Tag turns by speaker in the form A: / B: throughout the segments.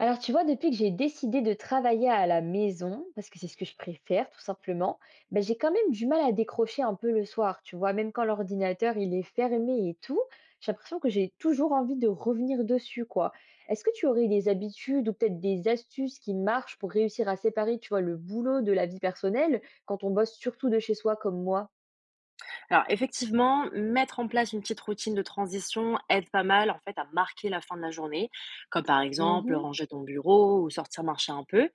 A: Alors, tu vois, depuis que j'ai décidé de travailler à la maison, parce que c'est ce que je préfère, tout simplement, ben, j'ai quand même du mal à décrocher un peu le soir, tu vois, même quand l'ordinateur il est fermé et tout, j'ai l'impression que j'ai toujours envie de revenir dessus, quoi. Est-ce que tu aurais des habitudes ou peut-être des astuces qui marchent pour réussir à séparer, tu vois, le boulot de la vie personnelle quand on bosse surtout de chez soi comme moi?
B: Alors effectivement, mettre en place une petite routine de transition aide pas mal en fait à marquer la fin de la journée, comme par exemple
A: Mhm.
B: ranger ton bureau ou sortir marcher un peu.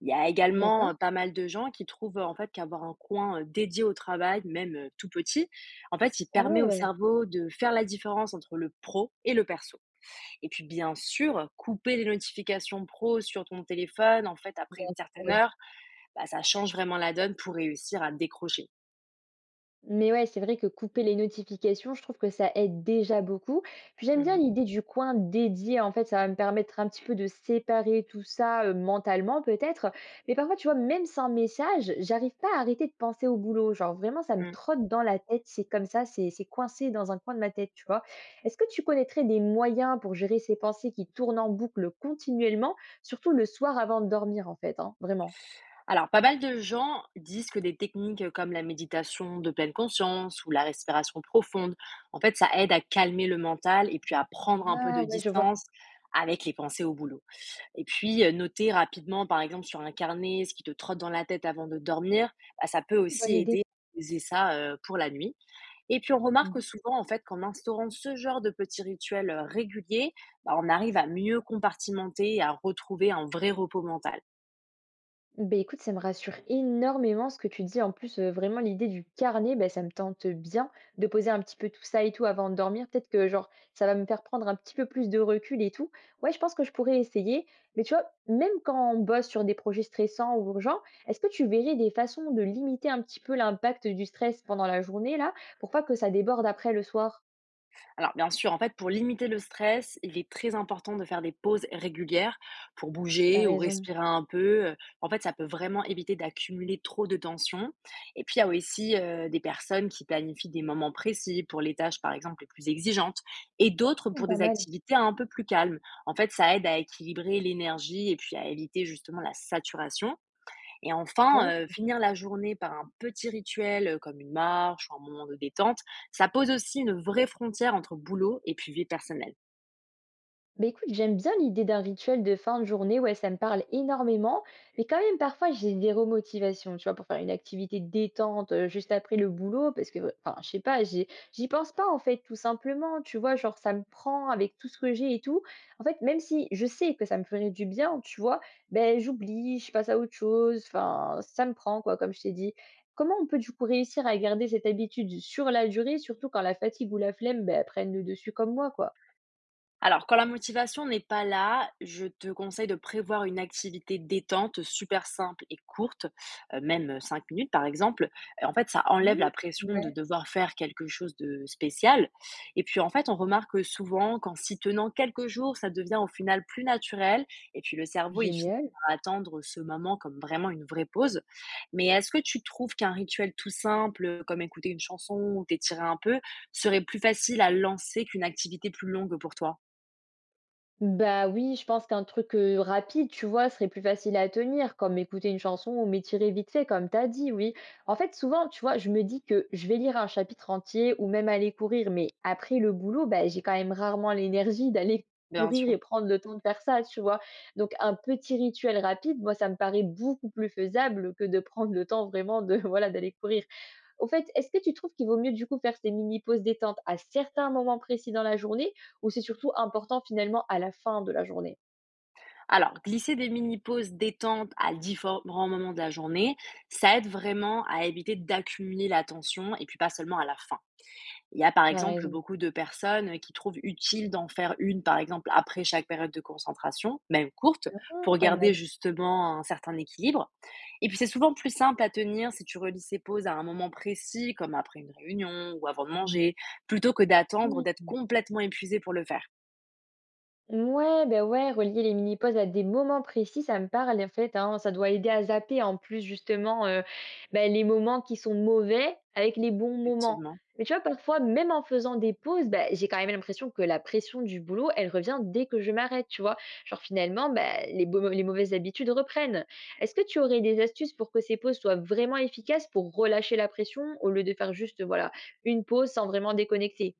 B: Il y a également
A: D'accord,
B: pas mal de gens qui trouvent en fait qu'avoir un coin dédié au travail, même tout petit, en fait, il
A: pas
B: permet
A: mal,
B: au
A: ouais.
B: cerveau de faire la différence entre le pro et le perso. Et puis bien sûr, couper les notifications pro sur ton téléphone en fait après une certaine heure, bah, ça change vraiment la donne pour réussir à décrocher.
A: Mais ouais, c'est vrai que couper les notifications, je trouve que ça aide déjà beaucoup. Puis j'aime bien l'idée du coin dédié, en fait, ça va me permettre un petit peu de séparer tout ça mentalement peut-être. Mais parfois, tu vois, même sans message, j'arrive pas à arrêter de penser au boulot. Genre vraiment, ça me
B: Mhm.
A: trotte dans la tête, c'est comme ça, c'est coincé dans un coin de ma tête, tu vois. Est-ce que tu connaîtrais des moyens pour gérer ces pensées qui tournent en boucle continuellement, surtout le soir avant de dormir, en fait, hein, vraiment?
B: Alors, pas mal de gens disent que des techniques comme la méditation de pleine conscience ou la respiration profonde, en fait, ça aide à calmer le mental et puis à prendre un peu
A: Ah
B: de
A: ouais, je vois.
B: distance avec les pensées au boulot. Et puis, noter rapidement, par exemple, sur un carnet ce qui te trotte dans la tête avant de dormir, bah, ça peut aussi
A: Bonne idée.
B: aider à poser ça pour la nuit. Et puis, on remarque souvent, en fait, qu'en instaurant ce genre de petits rituels réguliers, bah, on arrive à mieux compartimenter et à retrouver un vrai repos mental.
A: Ben écoute, ça me rassure énormément ce que tu dis. En plus, vraiment l'idée du carnet, ben ça me tente bien de poser un petit peu tout ça et tout avant de dormir. Peut-être que genre, ça va me faire prendre un petit peu plus de recul et tout. Ouais, je pense que je pourrais essayer. Mais tu vois, même quand on bosse sur des projets stressants ou urgents, est-ce que tu verrais des façons de limiter un petit peu l'impact du stress pendant la journée là, pour pas que ça déborde après le soir?
B: Alors bien sûr, en fait, pour limiter le stress, il est très important de faire des pauses régulières pour
A: T'as
B: bouger ou
A: raison.
B: respirer un peu. En fait, ça peut vraiment éviter d'accumuler trop de tension. Et puis il y a aussi, des personnes qui planifient des moments précis pour les tâches, par exemple, les plus exigeantes et d'autres
A: Mmh,
B: pour
A: pas
B: des
A: mal.
B: activités un peu plus calmes. En fait, ça aide à équilibrer l'énergie et puis à éviter justement la saturation et
A: Top.
B: enfin, finir la journée par un petit rituel, comme une marche ou un moment de détente, ça pose aussi une vraie frontière entre boulot et puis vie personnelle.
A: Bah écoute, j'aime bien l'idée d'un rituel de fin de journée, ouais, ça me parle énormément, mais quand même parfois j'ai des remotivations, tu vois, pour faire une activité détente juste après le boulot, parce que, enfin, je sais pas, j'y pense pas en fait, tout simplement, tu vois, genre ça me prend avec tout ce que j'ai et tout. En fait, même si je sais que ça me ferait du bien, tu vois, ben j'oublie, je passe à autre chose, enfin, ça me prend, quoi, comme je t'ai dit. Comment on peut du coup réussir à garder cette habitude sur la durée, surtout quand la fatigue ou la flemme ben, prennent le dessus comme moi, quoi?
B: Alors, quand la motivation n'est pas là, je te conseille de prévoir une activité détente super simple et courte, même 5 minutes par exemple. En fait, ça enlève
A: Mmh.
B: la pression de
A: Ouais.
B: devoir faire quelque chose de spécial. Et puis, en fait, on remarque souvent qu'en s'y tenant quelques jours, ça devient au final plus naturel. Et puis, le cerveau, il finit
A: Génial.
B: par attendre ce moment comme vraiment une vraie pause. Mais est-ce que tu trouves qu'un rituel tout simple, comme écouter une chanson ou t'étirer un peu, serait plus facile à lancer qu'une activité plus longue pour toi?
A: Bah oui, je pense qu'un truc, rapide, tu vois, serait plus facile à tenir, comme écouter une chanson ou m'étirer vite fait, comme t'as dit, oui. En fait, souvent, tu vois, je me dis que je vais lire un chapitre entier ou même aller courir, mais après le boulot, bah, j'ai quand même rarement l'énergie d'aller
B: Bien
A: courir
B: sûr.
A: et prendre le temps de faire ça, tu vois? Donc un petit rituel rapide, moi, ça me paraît beaucoup plus faisable que de prendre le temps vraiment de, voilà, d'aller courir. Au fait, est-ce que tu trouves qu'il vaut mieux du coup faire ces mini pauses détente à certains moments précis dans la journée ou c'est surtout important finalement à la fin de la journée?
B: Alors, glisser des mini-pauses détente à différents moments de la journée, ça aide vraiment à éviter d'accumuler la tension et puis pas seulement à la fin. Il y a par
A: Tu as
B: exemple
A: raison.
B: beaucoup de personnes qui trouvent utile d'en faire une, par exemple, après chaque période de concentration, même courte,
A: Ah,
B: pour
A: pas
B: garder
A: mal.
B: justement un certain équilibre. Et puis c'est souvent plus simple à tenir si tu relis ces pauses à un moment précis, comme après une réunion ou avant de manger, plutôt que d'attendre d'être complètement épuisé pour le faire.
A: Ouais, ben ouais, relier les mini-pauses à des moments précis, ça me parle en fait, hein. Ça doit aider à zapper en plus justement bah, les moments qui sont mauvais avec les bons moments.
B: Effectivement.
A: Mais tu vois, parfois, même en faisant des pauses, bah, j'ai quand même l'impression que la pression du boulot, elle revient dès que je m'arrête, tu vois? Genre finalement, bah, les mauvaises habitudes reprennent. Est-ce que tu aurais des astuces pour que ces pauses soient vraiment efficaces pour relâcher la pression au lieu de faire juste, voilà, une pause sans vraiment déconnecter?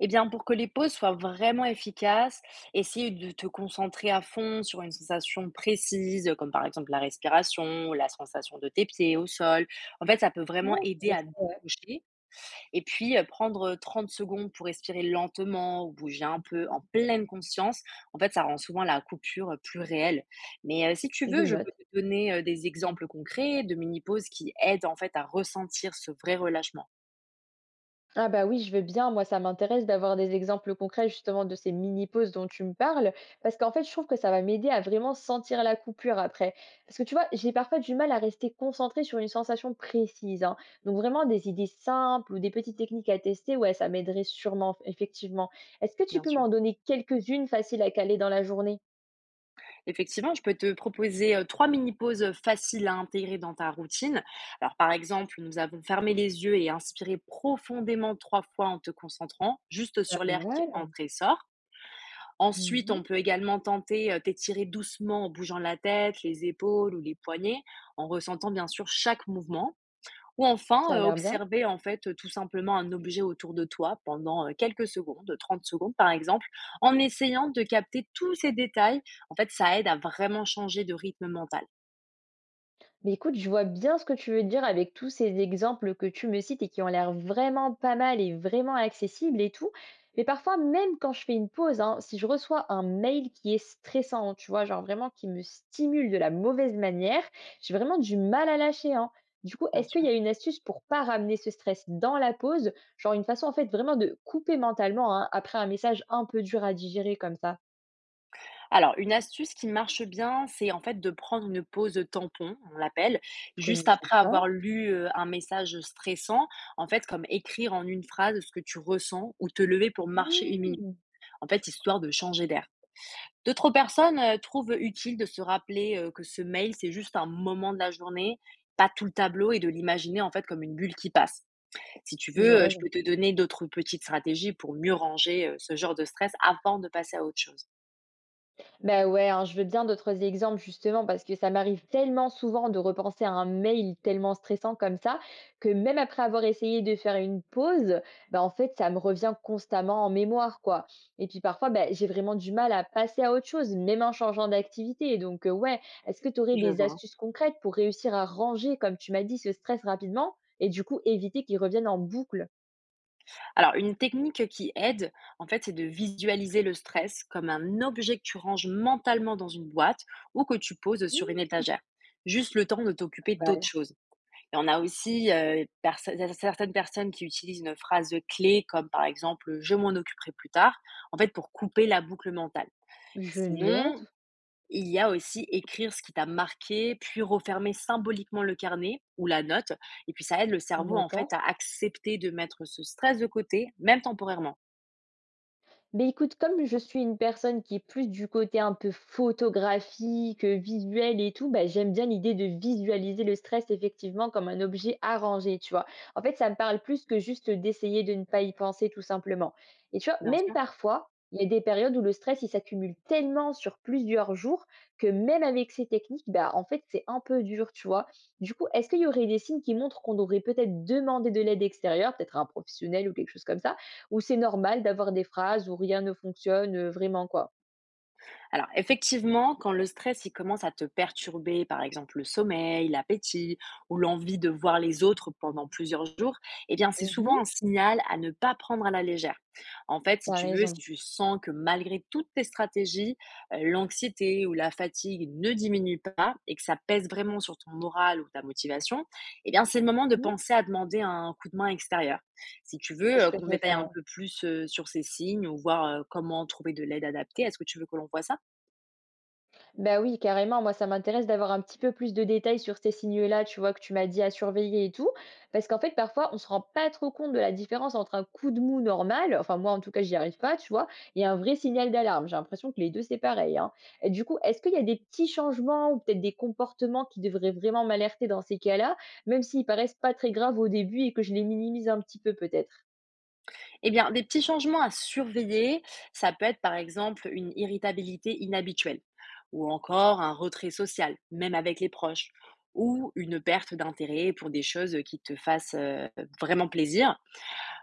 B: Eh bien, pour que les pauses soient vraiment efficaces, essaye de te concentrer à fond sur une sensation précise, comme par exemple la respiration, la sensation de tes pieds au sol. En fait, ça peut vraiment
A: Ouais.
B: aider
A: Ouais,
B: à
A: ça, ouais,
B: décrocher. Et puis, prendre 30 secondes pour respirer lentement ou bouger un peu en pleine conscience, en fait, ça rend souvent la coupure plus réelle. Mais si tu
A: je
B: veux, je peux
A: note.
B: te donner des exemples concrets de mini-pauses qui aident en fait à ressentir ce vrai relâchement,
A: Ah bah oui, je veux bien. Moi, ça m'intéresse d'avoir des exemples concrets justement de ces mini-pauses dont tu me parles, parce qu'en fait, je trouve que ça va m'aider à vraiment sentir la coupure après. Parce que tu vois, j'ai parfois du mal à rester concentrée sur une sensation précise, hein. Donc vraiment des idées simples ou des petites techniques à tester, ouais, ça m'aiderait sûrement, effectivement. Est-ce que tu
B: bien
A: peux
B: sûr.
A: m'en donner quelques-unes faciles à caler dans la journée?
B: Effectivement, je peux te proposer trois mini-pauses faciles à intégrer dans ta routine. Alors, par exemple, nous avons fermé les yeux et inspiré profondément trois fois en te concentrant juste
A: Pas
B: sur l'air qui
A: mal.
B: entre et sort. Ensuite,
A: Mhm.
B: on peut également tenter t'étirer doucement en bougeant la tête, les épaules ou les poignets, en ressentant bien sûr chaque mouvement. Ou
A: Ça
B: enfin,
A: a l'air bien.
B: observer en fait, tout simplement un objet autour de toi pendant, quelques secondes, 30 secondes par exemple, en essayant de capter tous ces détails. En fait, ça aide à vraiment changer de rythme mental.
A: Mais écoute, je vois bien ce que tu veux dire avec tous ces exemples que tu me cites et qui ont l'air vraiment pas mal et vraiment accessibles et tout. Mais parfois, même quand je fais une pause, hein, si je reçois un mail qui est stressant, tu vois, genre vraiment qui me stimule de la mauvaise manière, j'ai vraiment du mal à lâcher, hein. Du coup,
B: Bien
A: est-ce qu'il
B: sûr.
A: y a une astuce pour pas ramener ce stress dans la pause? Genre une façon en fait vraiment de couper mentalement, hein, après un message un peu dur à digérer comme ça.
B: Alors une astuce qui marche bien, c'est en fait de prendre une pause tampon, on l'appelle,
A: Je
B: juste
A: connaissais
B: après
A: pas.
B: avoir lu, un message stressant. En fait, comme écrire en une phrase ce que tu ressens ou te lever pour marcher 1 minute.
A: Mmh,
B: En fait, histoire de changer d'air. D'autres personnes, trouvent utile de se rappeler, que ce mail, c'est juste un moment de la journée, pas tout le tableau et de l'imaginer, en fait, comme une bulle qui passe. Si tu
A: ils ont
B: veux, je
A: raison.
B: peux te donner d'autres petites stratégies pour mieux ranger, ce genre de stress avant de passer à autre chose.
A: Bah, ouais, alors je veux bien d'autres exemples justement parce que ça m'arrive tellement souvent de repenser à un mail tellement stressant comme ça que même après avoir essayé de faire une pause, bah, en fait, ça me revient constamment en mémoire, quoi. Et puis parfois, bah, j'ai vraiment du mal à passer à autre chose, même en changeant d'activité. Donc, ouais, est-ce que tu aurais
B: Je
A: des
B: vois.
A: astuces concrètes pour réussir à ranger, comme tu m'as dit, ce stress rapidement et du coup éviter qu'il revienne en boucle?
B: Alors une technique qui aide, en fait, c'est de visualiser le stress comme un objet que tu ranges mentalement dans une boîte ou que tu poses sur une
A: Hmm,
B: étagère. Juste le temps de t'occuper d'autres
A: Ouais.
B: choses. Et on a aussi, perso certaines personnes qui utilisent une phrase clé comme par exemple, «Je m'en occuperai plus tard», en fait pour couper la boucle mentale.
A: Je
B: Sinon,
A: note.
B: il y a aussi écrire ce qui t'a marqué, puis refermer symboliquement le carnet ou la note et puis ça aide le cerveau en
A: D'accord.
B: fait à accepter de mettre ce stress de côté, même temporairement.
A: Mais écoute, comme je suis une personne qui est plus du côté un peu photographique, visuel et tout, bah, j'aime bien l'idée de visualiser le stress effectivement comme un objet à ranger, tu vois? En fait, ça me parle plus que juste d'essayer de ne pas y penser tout simplement et tu vois,
B: Bien
A: même
B: sûr.
A: parfois, il y a des périodes où le stress, il s'accumule tellement sur plusieurs jours que même avec ces techniques, bah, en fait, c'est un peu dur, tu vois? Du coup, est-ce qu'il y aurait des signes qui montrent qu'on aurait peut-être demandé de l'aide extérieure, peut-être à un professionnel ou quelque chose comme ça? Où c'est normal d'avoir des phrases où rien ne fonctionne, vraiment quoi.
B: Alors effectivement, quand le stress il commence à te perturber, par exemple le sommeil, l'appétit ou l'envie de voir les autres pendant plusieurs jours, eh bien c'est
A: Mmh mh.
B: souvent un signal à ne pas prendre à la légère. En fait, si tu veux, si
A: Raison.
B: tu sens que malgré toutes tes stratégies, l'anxiété ou la fatigue ne diminuent pas et que ça pèse vraiment sur ton moral ou ta motivation, eh bien c'est le moment de
A: Mmh.
B: penser à demander un coup de main extérieur. Si tu veux
A: C'est ce que
B: qu'on
A: je vais
B: détaille
A: faire,
B: un
A: ouais.
B: peu plus sur ces signes ou voir comment trouver de l'aide adaptée, est-ce que tu veux que l'on voit ça?
A: Bah oui, carrément, moi ça m'intéresse d'avoir un petit peu plus de détails sur ces signaux-là, tu vois, que tu m'as dit à surveiller et tout. Parce qu'en fait, parfois, on se rend pas trop compte de la différence entre un coup de mou normal, enfin moi en tout cas j'y arrive pas, tu vois? Et un vrai signal d'alarme. J'ai l'impression que les 2 c'est pareil, hein. Et du coup, est-ce qu'il y a des petits changements ou peut-être des comportements qui devraient vraiment m'alerter dans ces cas-là, même s'ils paraissent pas très graves au début et que je les minimise un petit peu peut-être?
B: Eh bien, des petits changements à surveiller, ça peut être par exemple une irritabilité inhabituelle, ou encore un retrait social, même avec les proches, ou une perte d'intérêt pour des choses qui te fassent vraiment plaisir.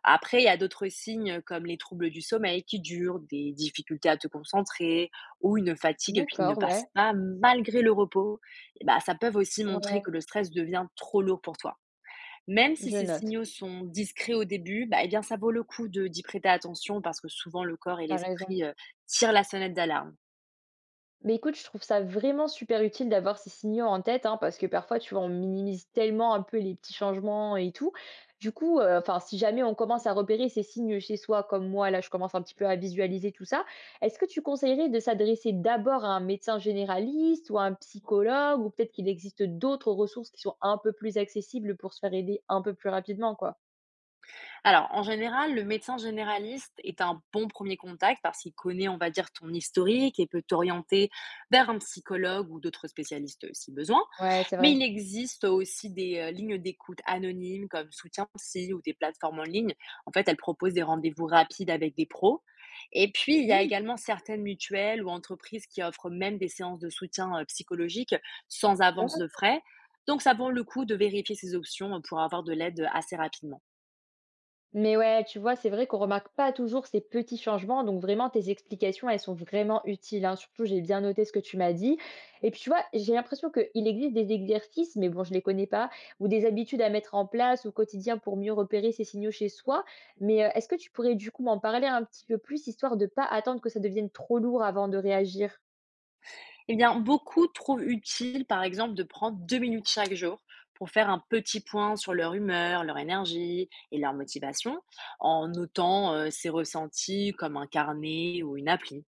B: Après, il y a d'autres signes comme les troubles du sommeil qui durent, des difficultés à te concentrer, ou une fatigue qui ne
A: D'accord,
B: passe
A: ouais,
B: pas malgré le repos. Eh ben, ça peut aussi montrer
A: ouais,
B: que le stress devient trop lourd pour toi. Même si
A: je
B: ces
A: note,
B: signaux sont discrets au début, bah, eh bien, ça vaut le coup de d'y prêter attention parce que souvent le corps et
A: t'as raison.
B: l'esprit, tirent la sonnette d'alarme.
A: Mais écoute, je trouve ça vraiment super utile d'avoir ces signaux en tête, hein, parce que parfois, tu vois, on minimise tellement un peu les petits changements et tout. Du coup, enfin, si jamais on commence à repérer ces signes chez soi, comme moi, là, je commence un petit peu à visualiser tout ça, est-ce que tu conseillerais de s'adresser d'abord à un médecin généraliste ou à un psychologue? Ou peut-être qu'il existe d'autres ressources qui sont un peu plus accessibles pour se faire aider un peu plus rapidement, quoi?
B: Alors, en général, le médecin généraliste est un bon premier contact parce qu'il connaît, on va dire, ton historique et peut t'orienter vers un psychologue ou d'autres spécialistes si besoin.
A: Ouais, c'est
B: Mais
A: vrai.
B: il existe aussi des lignes d'écoute anonymes comme Soutien Psy ou des plateformes en ligne. En fait, elles proposent des rendez-vous rapides avec des pros. Et puis, il y a
A: Mmh,
B: également certaines mutuelles ou entreprises qui offrent même des séances de soutien psychologique sans
A: c'est
B: avance
A: vrai.
B: de frais. Donc, ça vaut le coup de vérifier ces options pour avoir de l'aide assez rapidement.
A: Mais ouais, tu vois, c'est vrai qu'on remarque pas toujours ces petits changements, donc vraiment tes explications, elles sont vraiment utiles, hein. Surtout, j'ai bien noté ce que tu m'as dit. Et puis, tu vois, j'ai l'impression qu'il existe des exercices, mais bon, je les connais pas, ou des habitudes à mettre en place au quotidien pour mieux repérer ces signaux chez soi. Mais est-ce que tu pourrais du coup m'en parler un petit peu plus, histoire de pas attendre que ça devienne trop lourd avant de réagir?
B: Eh bien, beaucoup trouvent utile, par exemple, de prendre 2 minutes chaque jour pour faire un petit point sur leur humeur, leur énergie et leur motivation, en notant ses ressentis comme un carnet ou une appli.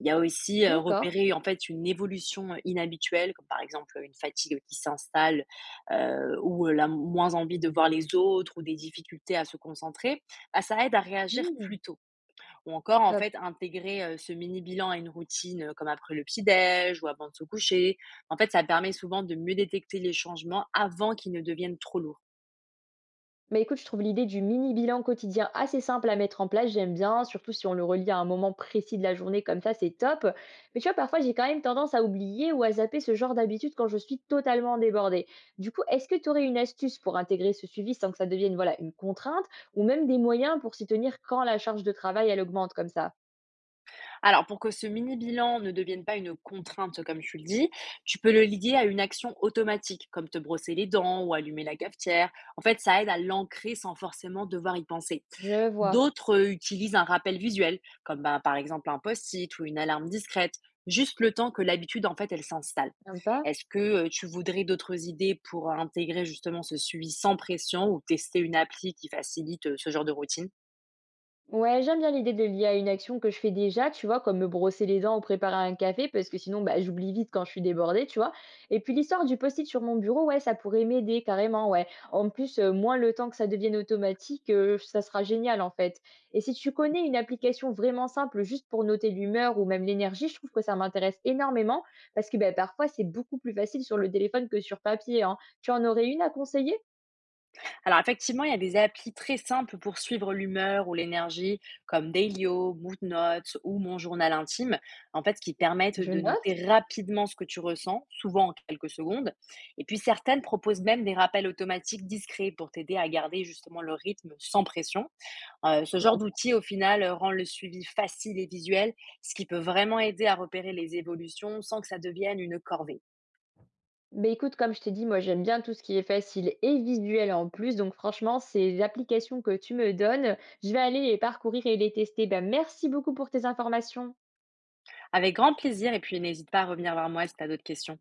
B: Il y a aussi
A: D'accord.
B: repérer en fait une évolution inhabituelle, comme par exemple une fatigue qui s'installe ou la moins envie de voir les autres ou des difficultés à se concentrer. Bah, ça aide à réagir
A: Hmm,
B: plus tôt. Ou encore, en
A: top.
B: fait, intégrer, ce mini bilan à une routine, comme après le petit déj ou avant de se coucher. En fait, ça permet souvent de mieux détecter les changements avant qu'ils ne deviennent trop lourds.
A: Bah écoute, je trouve l'idée du mini bilan quotidien assez simple à mettre en place, j'aime bien, surtout si on le relie à un moment précis de la journée comme ça, c'est top. Mais tu vois, parfois j'ai quand même tendance à oublier ou à zapper ce genre d'habitude quand je suis totalement débordée. Du coup, est-ce que tu aurais une astuce pour intégrer ce suivi sans que ça devienne voilà, une contrainte ou même des moyens pour s'y tenir quand la charge de travail elle augmente comme ça?
B: Alors, pour que ce mini bilan ne devienne pas une contrainte, comme tu le dis, tu peux le lier à une action automatique, comme te brosser les dents ou allumer la cafetière. En fait, ça aide à l'ancrer sans forcément devoir y penser.
A: Je vois.
B: D'autres, utilisent un rappel visuel, comme, bah, par exemple un post-it ou une alarme discrète, juste le temps que l'habitude, en fait, elle s'installe.
A: Sympa.
B: Est-ce que, tu voudrais d'autres idées pour intégrer justement ce suivi sans pression ou tester une appli qui facilite, ce genre de routine?
A: Ouais, j'aime bien l'idée de lier à une action que je fais déjà, tu vois, comme me brosser les dents ou préparer un café, parce que sinon, bah, j'oublie vite quand je suis débordée, tu vois. Et puis l'histoire du post-it sur mon bureau, ouais, ça pourrait m'aider carrément, ouais. En plus, moins le temps que ça devienne automatique, ça sera génial en fait. Et si tu connais une application vraiment simple juste pour noter l'humeur ou même l'énergie, je trouve que ça m'intéresse énormément, parce que bah, parfois, c'est beaucoup plus facile sur le téléphone que sur papier, hein. Tu en aurais une à conseiller?
B: Alors effectivement, il y a des applis très simples pour suivre l'humeur ou l'énergie comme Dailyo, Moodnotes ou Mon Journal Intime, en fait, qui permettent
A: Je
B: de
A: note.
B: noter rapidement ce que tu ressens, souvent en quelques secondes et puis certaines proposent même des rappels automatiques discrets pour t'aider à garder justement le rythme sans pression. Ce genre d'outil, au final, rend le suivi facile et visuel, ce qui peut vraiment aider à repérer les évolutions sans que ça devienne une corvée.
A: Beh, écoute, comme je t'ai dit, moi j'aime bien tout ce qui est facile et visuel en plus. Donc franchement, ces applications que tu me donnes, je vais aller les parcourir et les tester. Ben, merci beaucoup pour tes informations.
B: Avec grand plaisir et puis n'hésite pas à revenir vers moi si tu as d'autres questions.